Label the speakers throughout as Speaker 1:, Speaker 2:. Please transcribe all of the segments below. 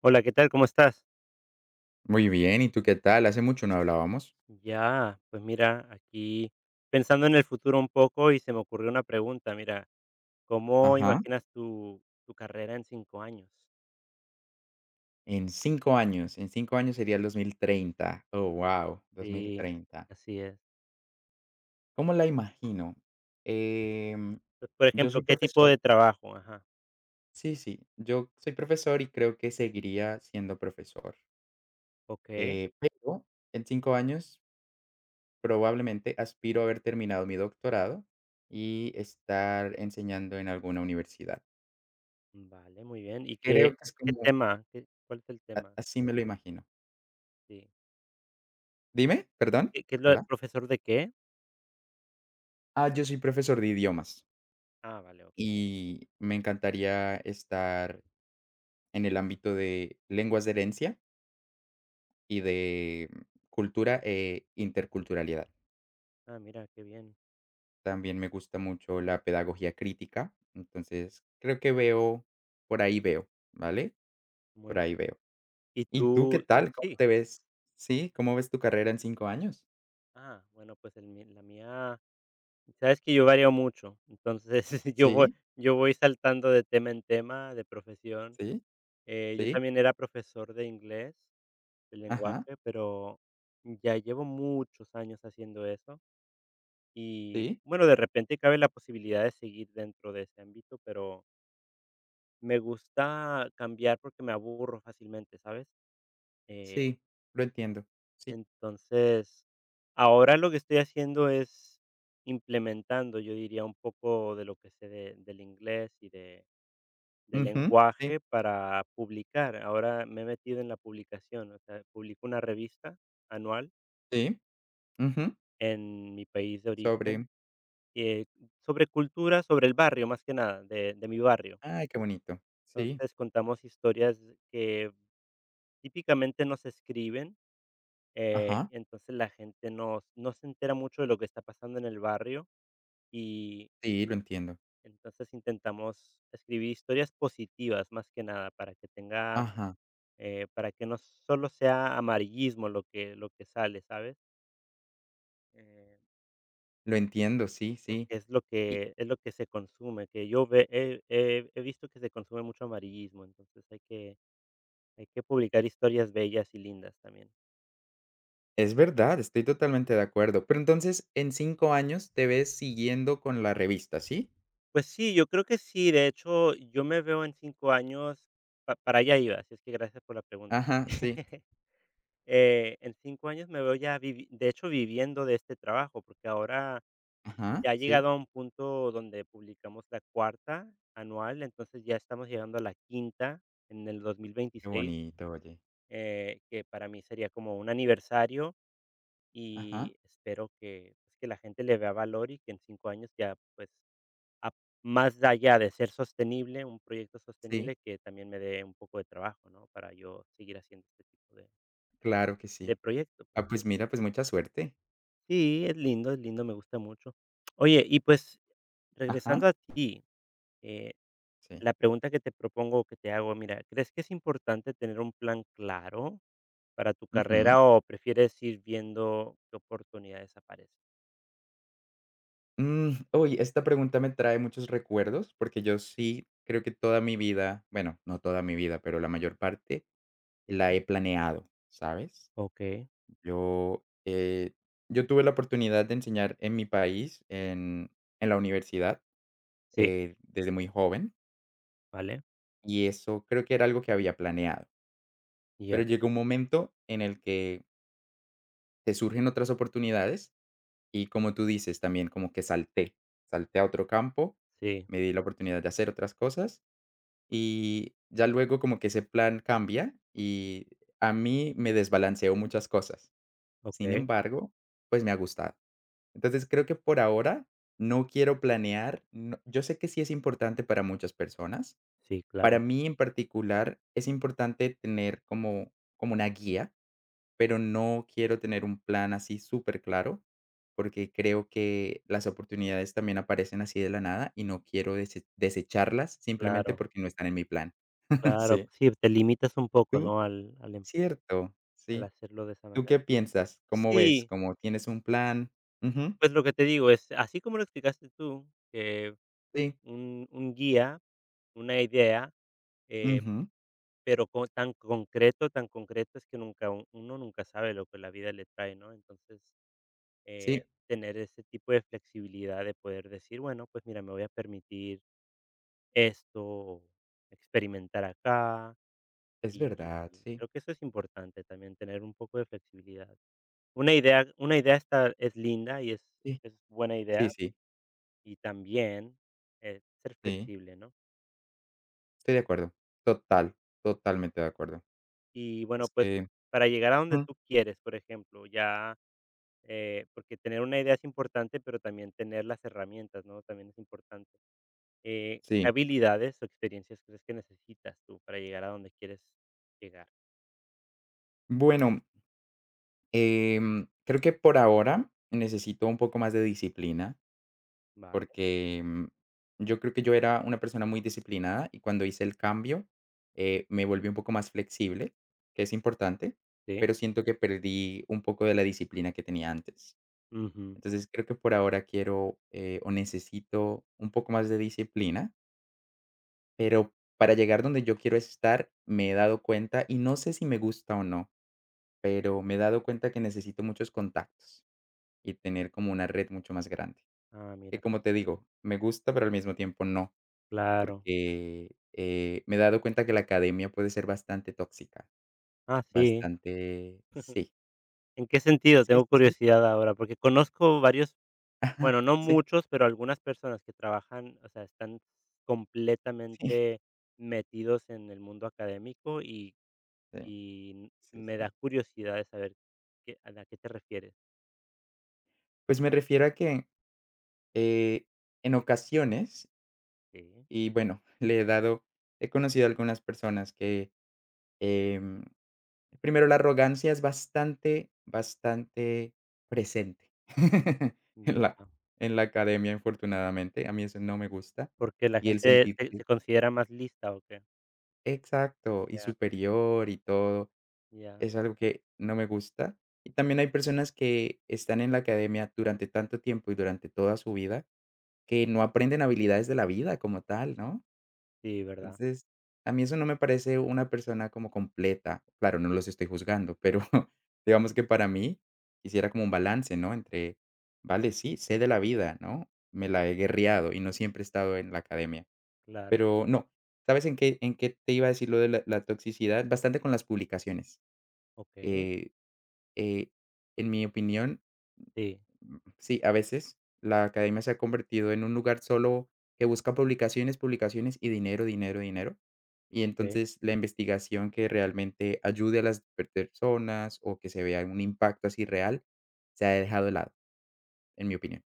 Speaker 1: Hola, ¿qué tal? ¿Cómo estás?
Speaker 2: Muy bien, ¿y tú qué tal? Hace mucho no hablábamos.
Speaker 1: Ya, pues mira, aquí pensando en el futuro un poco y se me ocurrió una pregunta, mira, ¿cómo
Speaker 2: Ajá.
Speaker 1: imaginas tu carrera en 5 años?
Speaker 2: En 5 años, en 5 años sería el 2030. Oh, wow, dos mil
Speaker 1: Sí,
Speaker 2: treinta.
Speaker 1: así es.
Speaker 2: ¿Cómo la imagino? Em,
Speaker 1: Pues, por
Speaker 2: yo
Speaker 1: ejemplo,
Speaker 2: soy
Speaker 1: ¿qué tipo
Speaker 2: profesor.
Speaker 1: de trabajo? Ajá,
Speaker 2: Sí, sí, yo soy profesor y creo que seguiría siendo profesor,
Speaker 1: ok,
Speaker 2: pero en 5 años probablemente aspiro a haber terminado mi doctorado y estar enseñando en alguna universidad.
Speaker 1: vale, muy bien. ¿Y
Speaker 2: Creo
Speaker 1: qué,
Speaker 2: que es
Speaker 1: qué
Speaker 2: como
Speaker 1: tema? ¿Cuál es el
Speaker 2: a
Speaker 1: tema?
Speaker 2: así me lo imagino.
Speaker 1: Sí.
Speaker 2: Dime, perdón.
Speaker 1: ¿Qué es lo de
Speaker 2: Hola.
Speaker 1: profesor de qué?
Speaker 2: Ah, yo soy profesor de idiomas
Speaker 1: Ah, vale, ok.
Speaker 2: y me encantaría estar en el ámbito de lenguas de herencia y de cultura e interculturalidad.
Speaker 1: Ah, mira, qué bien,
Speaker 2: También me gusta mucho la pedagogía crítica, entonces creo que veo, por ahí veo, ¿vale?
Speaker 1: muy
Speaker 2: Por ahí
Speaker 1: bien.
Speaker 2: veo.
Speaker 1: ¿Y
Speaker 2: ¿Y tú qué
Speaker 1: tú?
Speaker 2: tal? ¿Cómo
Speaker 1: Sí,
Speaker 2: te ves? Sí, ¿cómo ves tu carrera en 5 años?
Speaker 1: ah, bueno, pues la mía, sabes que yo varío mucho, entonces yo voy
Speaker 2: Sí,
Speaker 1: yo voy saltando de tema en tema, de profesión.
Speaker 2: sí,
Speaker 1: Yo
Speaker 2: sí,
Speaker 1: también era profesor de inglés, de
Speaker 2: ajá,
Speaker 1: lenguaje, pero ya llevo muchos años haciendo eso y,
Speaker 2: sí,
Speaker 1: bueno, de repente cabe la posibilidad de seguir dentro de ese ámbito, pero me gusta cambiar porque me aburro fácilmente, ¿sabes? Eh,
Speaker 2: sí, lo entiendo, sí,
Speaker 1: entonces, ahora lo que estoy haciendo es implementando, yo diría, un poco de lo que sé de del inglés y de del
Speaker 2: ujú, sí,
Speaker 1: lenguaje para publicar. Ahora me he metido en la publicación, o sea, publico una revista anual
Speaker 2: sí, ujú,
Speaker 1: en mi país de
Speaker 2: sobre.
Speaker 1: origen, eh, sobre cultura, sobre el barrio, más que nada, de mi barrio.
Speaker 2: Ay, qué bonito. Sí,
Speaker 1: Entonces contamos historias que típicamente no se escriben,
Speaker 2: ajá,
Speaker 1: entonces la gente no se entera mucho de lo que está pasando en el barrio y
Speaker 2: sí, lo entiendo.
Speaker 1: entonces intentamos escribir historias positivas más que nada para que tenga
Speaker 2: Ajá,
Speaker 1: eh, para que no solo sea amarillismo lo que sale, ¿sabes? Eh,
Speaker 2: lo entiendo, sí,
Speaker 1: Porque
Speaker 2: sí.
Speaker 1: es lo
Speaker 2: Y
Speaker 1: que es lo que se consume, que yo ve he he he visto que se consume mucho amarillismo, entonces hay que publicar historias bellas y lindas también.
Speaker 2: es verdad, estoy totalmente de acuerdo. Pero entonces, en 5 años te ves siguiendo con la revista, ¿sí?
Speaker 1: Pues sí, yo creo que sí, de hecho, yo me veo en 5 años, pa para allá iba, así es que gracias por la pregunta.
Speaker 2: Ajá, sí,
Speaker 1: En 5 años me veo ya vivi de hecho, viviendo de este trabajo, porque ahora
Speaker 2: ajá,
Speaker 1: ya ha
Speaker 2: sí.
Speaker 1: llegado a un punto donde publicamos la cuarta anual, entonces ya estamos llegando a la quinta en el
Speaker 2: Qué
Speaker 1: 2026,
Speaker 2: bonito, oye.
Speaker 1: que para mí sería como un aniversario
Speaker 2: Ajá,
Speaker 1: y espero que, pues, que la gente le vea valor y que en 5 años ya, pues, a más allá de ser sostenible, un proyecto
Speaker 2: sí,
Speaker 1: sostenible, que también me dé un poco de trabajo, ¿no? Para yo seguir haciendo este tipo de
Speaker 2: claro que
Speaker 1: de
Speaker 2: sí.
Speaker 1: proyecto, pues.
Speaker 2: Ah, pues mira, pues mucha suerte.
Speaker 1: Sí, es lindo, me gusta mucho. Oye, y pues,
Speaker 2: Ajá,
Speaker 1: regresando a ti, eh
Speaker 2: sí.
Speaker 1: la pregunta que te propongo o que te hago, mira, ¿crees que es importante tener un plan claro para tu
Speaker 2: Ujú.
Speaker 1: carrera o prefieres ir viendo qué oportunidades aparecen?
Speaker 2: Mm, oye, esta pregunta me trae muchos recuerdos, porque yo sí creo que toda mi vida, bueno, no toda mi vida, pero la mayor parte
Speaker 1: Sí,
Speaker 2: la he planeado, ¿sabes?
Speaker 1: okey,
Speaker 2: Yo, eh, yo tuve la oportunidad de enseñar en mi país, en la universidad,
Speaker 1: sí,
Speaker 2: desde muy joven,
Speaker 1: vale,
Speaker 2: y eso creo que era algo que había planeado. Pero
Speaker 1: ya,
Speaker 2: llegó un momento en el que te surgen otras oportunidades y, como tú dices, también como que salté, salté a otro campo,
Speaker 1: sí,
Speaker 2: me di la oportunidad de hacer otras cosas y ya luego como que ese plan cambia y a mí me desbalanceó muchas cosas. Sin
Speaker 1: okey,
Speaker 2: embargo, pues me ha gustado. Entonces, creo que por ahora no quiero planear. No, yo sé que sí es importante para muchas personas.
Speaker 1: sí, claro,
Speaker 2: Para mí, en particular, es importante tener como una guía, pero no quiero tener un plan así súper claro porque creo que las oportunidades también aparecen así de la nada y no quiero desecharlas simplemente
Speaker 1: claro,
Speaker 2: porque no están en mi plan.
Speaker 1: claro,
Speaker 2: Sí.
Speaker 1: sí, te limitas un poco,
Speaker 2: ¿Tú?
Speaker 1: ¿no? Al al em
Speaker 2: Cierto,
Speaker 1: al
Speaker 2: sí.
Speaker 1: hacerlo de esa
Speaker 2: ¿Tú
Speaker 1: manera.
Speaker 2: qué piensas? ¿Cómo ves?
Speaker 1: Sí,
Speaker 2: ¿Cómo tienes un plan? Ujú,
Speaker 1: pues lo que te digo es, así como lo explicaste tú, que
Speaker 2: sí.
Speaker 1: un guía, una idea, eh
Speaker 2: Ujú.
Speaker 1: pero co tan concreto es que nunca u uno nunca sabe lo que la vida le trae, ¿no? Entonces, eh,
Speaker 2: Sí,
Speaker 1: tener ese tipo de flexibilidad de poder decir: "Bueno, pues mira, me voy a permitir esto, o experimentar acá",
Speaker 2: es
Speaker 1: y y
Speaker 2: verdad,
Speaker 1: y
Speaker 2: sí,
Speaker 1: creo que eso es importante también, tener un poco de flexibilidad. Una idea está es linda y es
Speaker 2: sí,
Speaker 1: es buena idea,
Speaker 2: sí, sí,
Speaker 1: y también, ser
Speaker 2: sí,
Speaker 1: flexible, ¿no?
Speaker 2: estoy de acuerdo. Total, totalmente de acuerdo.
Speaker 1: Y
Speaker 2: Es
Speaker 1: bueno, pues,
Speaker 2: que
Speaker 1: para llegar a donde
Speaker 2: mm,
Speaker 1: tú quieres, por ejemplo, ya. Porque tener una idea es importante, pero también tener las herramientas, ¿no? También es importante. ¿Qué
Speaker 2: sí.
Speaker 1: habilidades o experiencias crees que necesitas tú para llegar a donde quieres llegar?
Speaker 2: Bueno, creo que por ahora necesito un poco más de disciplina,
Speaker 1: Vale,
Speaker 2: porque, yo creo que yo era una persona muy disciplinada y cuando hice el cambio, me volví un poco más flexible, que es importante,
Speaker 1: sí.
Speaker 2: pero siento que perdí un poco de la disciplina que tenía antes.
Speaker 1: Ujú.
Speaker 2: Entonces, creo que por ahora quiero, o necesito un poco más de disciplina, pero para llegar donde yo quiero estar, me he dado cuenta, y no sé si me gusta o no, pero me he dado cuenta que necesito muchos contactos y tener como una red mucho más grande.
Speaker 1: Ah,
Speaker 2: Que
Speaker 1: mira,
Speaker 2: como te digo, me gusta, pero al mismo tiempo no,
Speaker 1: claro.
Speaker 2: porque, me he dado cuenta que la academia puede ser bastante tóxica,
Speaker 1: Ah, sí.
Speaker 2: bastante sí,
Speaker 1: ¿En qué sentido?
Speaker 2: sí,
Speaker 1: Tengo
Speaker 2: sí,
Speaker 1: curiosidad ahora, porque conozco varios,
Speaker 2: ajá,
Speaker 1: bueno, no
Speaker 2: sí,
Speaker 1: muchos, pero algunas personas que trabajan, o sea, están
Speaker 2: sí,
Speaker 1: completamente metidos en el mundo académico y,
Speaker 2: sí,
Speaker 1: y
Speaker 2: sí,
Speaker 1: me da
Speaker 2: sí.
Speaker 1: curiosidad de saber qué- a la qué te refieres.
Speaker 2: Pues me refiero a que Eh, en ocasiones,
Speaker 1: Sí,
Speaker 2: y bueno, le he dado he conocido a algunas personas que, em, primero, la arrogancia es bastante, bastante presente en
Speaker 1: ya,
Speaker 2: la academia, infortunadamente. A mí eso no me gusta.
Speaker 1: porque la
Speaker 2: Y el
Speaker 1: gente se
Speaker 2: sentirte
Speaker 1: se considera más lista, ¿o qué?
Speaker 2: exacto, y
Speaker 1: Ya,
Speaker 2: superior y todo,
Speaker 1: ya,
Speaker 2: es algo que no me gusta. Y también hay personas que están en la academia durante tanto tiempo y durante toda su vida, que no aprenden habilidades de la vida como tal, ¿no?
Speaker 1: sí, verdad,
Speaker 2: Entonces, a mí eso no me parece una persona como completa. Claro, no los estoy juzgando, pero digamos que para mí quisiera como un balance, ¿no? Entre, vale, sí, sé de la vida, ¿no? Me la he guerreado y no siempre he estado en la academia.
Speaker 1: claro,
Speaker 2: Pero no, ¿sabes en qué, te iba a decir lo de la toxicidad? Bastante con las publicaciones,
Speaker 1: okey,
Speaker 2: que, eh, en mi opinión,
Speaker 1: sí,
Speaker 2: sí, a veces la academia se ha convertido en un lugar solo que busca publicaciones, publicaciones y dinero, dinero, dinero. Y
Speaker 1: okey.
Speaker 2: entonces la investigación que realmente ayude a las personas o que se vea un impacto así real se ha dejado de lado, en mi opinión.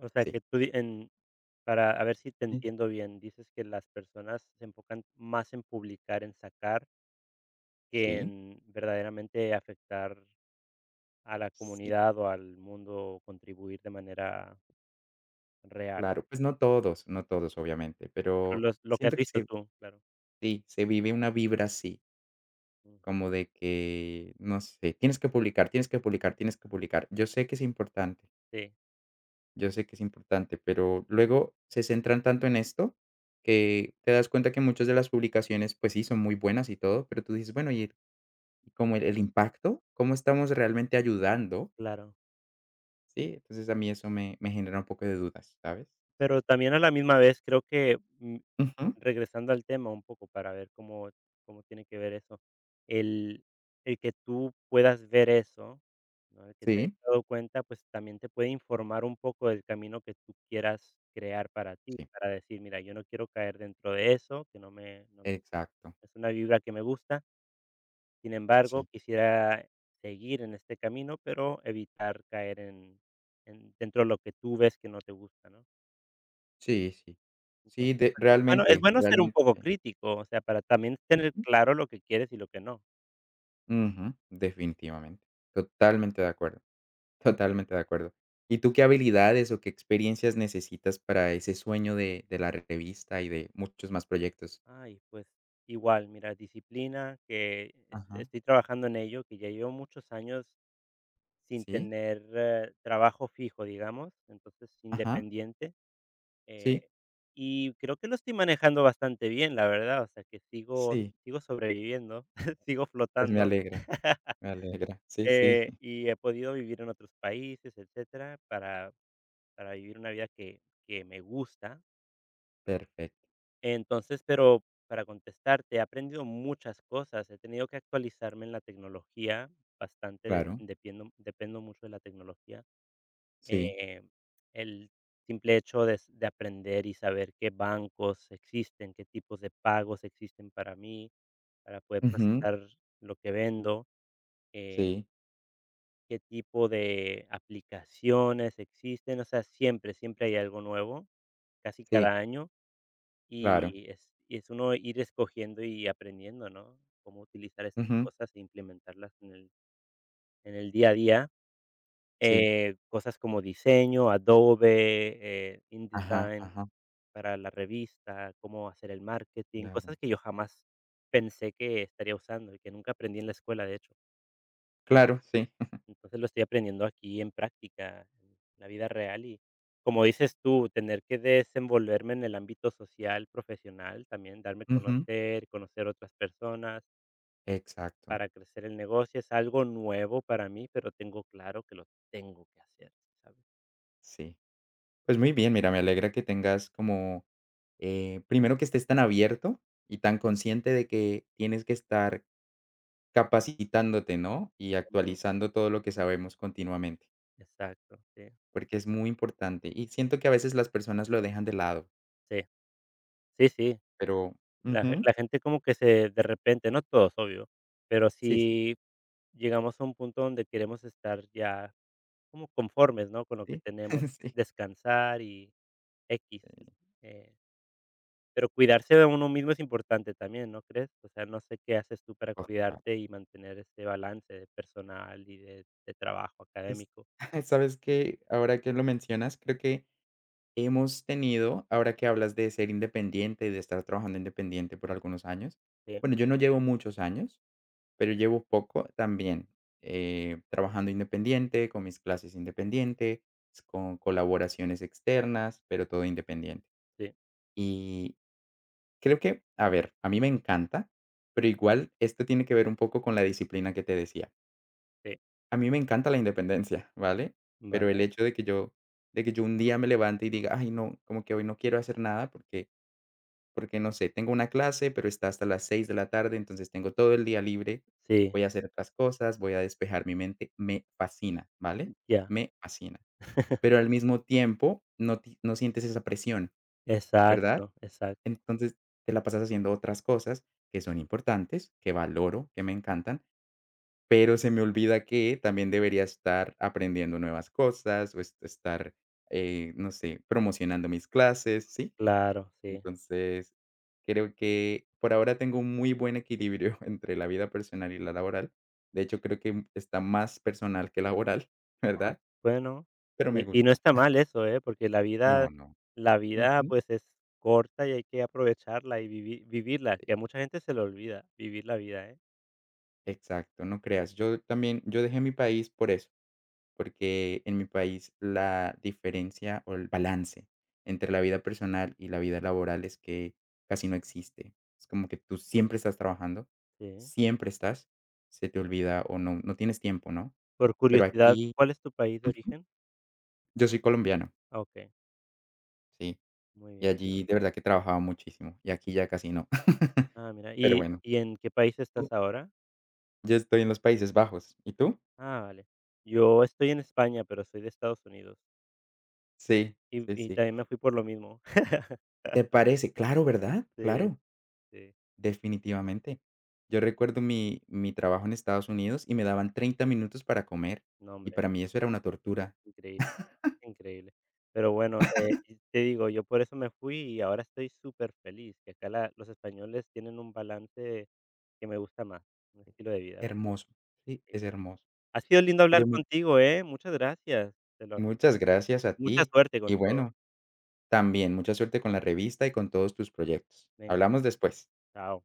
Speaker 1: O sea,
Speaker 2: Sí,
Speaker 1: que tú di en para a ver si te
Speaker 2: sí,
Speaker 1: entiendo bien, dices que las personas se enfocan más en publicar, en sacar, que
Speaker 2: sí,
Speaker 1: en verdaderamente afectar a la
Speaker 2: sí,
Speaker 1: comunidad o al mundo, o contribuir de manera real.
Speaker 2: claro. Pues no todos, no todos, obviamente,
Speaker 1: Pero
Speaker 2: pero
Speaker 1: los lo que has
Speaker 2: siento que
Speaker 1: visto tú, claro.
Speaker 2: sí, se vive una vibra así,
Speaker 1: Ujú.
Speaker 2: como de que, no sé, tienes que publicar, tienes que publicar, tienes que publicar. Yo sé que es importante
Speaker 1: Sí,
Speaker 2: Yo sé que es importante, pero luego se centran tanto en esto que te das cuenta que muchas de las publicaciones, pues sí, son muy buenas y todo, pero tú dices, bueno, y como el impacto, ¿cómo estamos realmente ayudando?
Speaker 1: claro.
Speaker 2: Sí, entonces a mí eso me genera un poco de dudas, ¿sabes? Sí.
Speaker 1: Pero también a la misma vez creo que,
Speaker 2: Ujú.
Speaker 1: regresando al tema un poco para ver cómo tiene que ver eso, el el que tú puedas ver eso, ¿no? El que te
Speaker 2: Sí,
Speaker 1: hayas dado cuenta, pues también te puede informar un poco del camino que tú quieras crear para ti,
Speaker 2: sí,
Speaker 1: para decir: "Mira, yo no quiero caer dentro de eso, que no
Speaker 2: exacto.
Speaker 1: es una vibra que me gusta. Sin embargo,
Speaker 2: Sí,
Speaker 1: quisiera seguir en este camino, pero evitar caer en dentro de lo que tú ves que no te gusta", ¿no?
Speaker 2: sí, sí. Sí,
Speaker 1: Entonces,
Speaker 2: de
Speaker 1: pues, es bueno es
Speaker 2: realmente,
Speaker 1: bueno ser un
Speaker 2: realmente.
Speaker 1: poco crítico, o sea, para también tener
Speaker 2: Ujú,
Speaker 1: claro lo que quieres y lo que no.
Speaker 2: ujú, definitivamente. Totalmente de acuerdo. Totalmente de acuerdo. ¿Y tú qué habilidades o qué experiencias necesitas para ese sueño de la revista y de muchos más proyectos?
Speaker 1: Ay, pues, igual, mira, disciplina, que es
Speaker 2: Ajá.
Speaker 1: estoy trabajando en ello, que ya llevo muchos años sin
Speaker 2: ¿Sí?
Speaker 1: tener trabajo fijo, digamos, entonces,
Speaker 2: Ajá.
Speaker 1: independiente,
Speaker 2: Sí.
Speaker 1: eh, y creo que lo estoy manejando bastante bien, la verdad, o sea, que sigo
Speaker 2: Sí.
Speaker 1: sigo sobreviviendo, sigo
Speaker 2: Pues me
Speaker 1: flotando,
Speaker 2: alegra, me alegra. Sí, sí.
Speaker 1: y he podido vivir en otros países, etcétera, para vivir una vida que me gusta.
Speaker 2: Perfecto.
Speaker 1: Entonces, pero para contestarte, he aprendido muchas cosas, he tenido que actualizarme en la tecnología bastante, de-
Speaker 2: Claro.
Speaker 1: depiendo- dependo mucho de la tecnología.
Speaker 2: Sí.
Speaker 1: Eh, el simple hecho de aprender y saber qué bancos existen, qué tipos de pagos existen para mí, para poder
Speaker 2: Ujú.
Speaker 1: procesar lo que vendo, eh,
Speaker 2: Sí,
Speaker 1: qué tipo de aplicaciones existen, o sea, siempre, siempre hay algo nuevo, casi
Speaker 2: sí.
Speaker 1: cada año.
Speaker 2: Claro.
Speaker 1: Y es uno ir escogiendo y aprendiendo, ¿no? Cómo utilizar estas
Speaker 2: Ujú.
Speaker 1: cosas e implementarlas en el día a día,
Speaker 2: Sí.
Speaker 1: cosas como diseño, Adobe,
Speaker 2: Ajá,
Speaker 1: InDesign
Speaker 2: ajá.
Speaker 1: para la revista, cómo hacer el marketing,
Speaker 2: Claro.
Speaker 1: cosas que yo jamás pensé que estaría usando y que nunca aprendí en la escuela, de hecho.
Speaker 2: Claro, sí.
Speaker 1: Entonces, lo estoy aprendiendo aquí en práctica, en la vida real y, como dices tú, tener que desenvolverme en el ámbito social, profesional, también darme a
Speaker 2: Ujú.
Speaker 1: conocer, conocer otras personas
Speaker 2: Exacto.
Speaker 1: para crecer el negocio. Es algo nuevo para mí, pero tengo claro que lo tengo que hacer, ¿sabes?
Speaker 2: Sí. Pues muy bien, mira, me alegra que tengas como primero que estés tan abierto y tan consciente de que tienes que estar capacitándote, ¿no? Y
Speaker 1: Ujú,
Speaker 2: actualizando todo lo que sabemos continuamente,
Speaker 1: exacto, sí,
Speaker 2: porque es muy importante. Y siento que a veces las personas lo dejan de lado,
Speaker 1: sí, sí, sí.
Speaker 2: pero
Speaker 1: La ge
Speaker 2: ujú,
Speaker 1: la gente como que se de repente, no todos, obvio, pero
Speaker 2: sí, sí,
Speaker 1: sí, llegamos a un punto donde queremos estar ya como conformes, ¿no? Con lo que
Speaker 2: sí,
Speaker 1: tenemos,
Speaker 2: sí.
Speaker 1: descansar y x eh, pero cuidarse de uno mismo es importante también, ¿no crees? O sea, no sé qué haces tú para
Speaker 2: Oh, claro.
Speaker 1: cuidarte y mantener ese balance de personal y de trabajo
Speaker 2: Pues,
Speaker 1: académico.
Speaker 2: sabes que ahora que lo mencionas, creo que hemos tenido, ahora que hablas de ser independiente y de estar trabajando independiente por algunos años,
Speaker 1: Sí,
Speaker 2: bueno, yo no llevo muchos años, pero llevo poco también, trabajando independiente, con mis clases independiente, con colaboraciones externas, pero todo independiente.
Speaker 1: sí,
Speaker 2: Y creo que, a ver, a mí me encanta, pero igual esto tiene que ver un poco con la disciplina que te decía.
Speaker 1: sí,
Speaker 2: A mí me encanta la independencia, ¿vale? Pero el
Speaker 1: vale.
Speaker 2: hecho de que yo un día me levante y diga: "Ay, no, como que hoy no quiero hacer nada porque, no sé, tengo una clase, pero está hasta las 6 de la tarde, entonces tengo todo el día libre,
Speaker 1: Sí,
Speaker 2: voy a hacer otras cosas, voy a despejar mi mente, me fascina, ¿vale?"
Speaker 1: ya.
Speaker 2: Me fascina. Pero al mismo tiempo no sientes esa presión, ¿verdad?
Speaker 1: Exacto, exacto.
Speaker 2: Entonces te la pasas haciendo otras cosas que son importantes, que valoro, que me encantan, pero se me olvida que también debería estar aprendiendo nuevas cosas o es estar, no sé, promocionando mis clases, ¿sí?
Speaker 1: Claro, sí.
Speaker 2: Entonces, creo que por ahora tengo un muy buen equilibrio entre la vida personal y la laboral. De hecho, creo que está más personal que laboral,
Speaker 1: Ah,
Speaker 2: ¿verdad?
Speaker 1: bueno,
Speaker 2: Pero me
Speaker 1: y no
Speaker 2: gusta.
Speaker 1: está mal eso, ¿eh? Porque la
Speaker 2: No,
Speaker 1: vida
Speaker 2: no.
Speaker 1: la vida,
Speaker 2: Ujú.
Speaker 1: pues, es corta y hay que aprovecharla y vivirla,
Speaker 2: Sí,
Speaker 1: que a mucha gente se le olvida vivir la vida, ¿eh?
Speaker 2: exacto, no creas. Yo también, yo dejé mi país por eso, porque en mi país la diferencia o el balance entre la vida personal y la vida laboral es que casi no existe. Es como que tú siempre estás trabajando,
Speaker 1: Sí.
Speaker 2: siempre estás, se te olvida o no, no tienes tiempo, ¿no?
Speaker 1: Por
Speaker 2: Pero
Speaker 1: curiosidad,
Speaker 2: aquí
Speaker 1: ¿cuál es tu país de
Speaker 2: ujú,
Speaker 1: origen?
Speaker 2: yo soy colombiano,
Speaker 1: Ah, okey,
Speaker 2: sí,
Speaker 1: muy
Speaker 2: y
Speaker 1: bien.
Speaker 2: allí de verdad que trabajaba muchísimo, y aquí ya casi no.
Speaker 1: Ah, mira,
Speaker 2: Pero
Speaker 1: ¿y
Speaker 2: bueno,
Speaker 1: y en qué país
Speaker 2: tú
Speaker 1: estás ahora?
Speaker 2: yo estoy en los Países Bajos, ¿y tú?
Speaker 1: Ah, vale. Yo estoy en España, pero soy de Estados Unidos.
Speaker 2: Sí,
Speaker 1: Y
Speaker 2: sí,
Speaker 1: y
Speaker 2: sí.
Speaker 1: también me fui por lo mismo.
Speaker 2: ¿Te parece? Claro, ¿verdad?
Speaker 1: Sí,
Speaker 2: Claro,
Speaker 1: sí.
Speaker 2: definitivamente. Yo recuerdo mi trabajo en Estados Unidos y me daban 30 minutos para comer,
Speaker 1: No,
Speaker 2: y
Speaker 1: hombre,
Speaker 2: para mí eso era una tortura.
Speaker 1: increíble. Increíble. Pero bueno, y te digo, yo por eso me fui y ahora estoy súper feliz que acá la los españoles tienen un balance que me gusta más, un estilo de vida.
Speaker 2: Hermoso, sí,
Speaker 1: Sí.
Speaker 2: es hermoso.
Speaker 1: Ha sido lindo
Speaker 2: Oye,
Speaker 1: hablar
Speaker 2: mu
Speaker 1: contigo, ¿eh? Muchas gracias. Te lo
Speaker 2: muchas gracias a
Speaker 1: mucha
Speaker 2: ti,
Speaker 1: suerte con
Speaker 2: y
Speaker 1: todo.
Speaker 2: bueno, también, mucha suerte con la revista y con todos tus proyectos.
Speaker 1: Venga,
Speaker 2: Hablamos después.
Speaker 1: chao.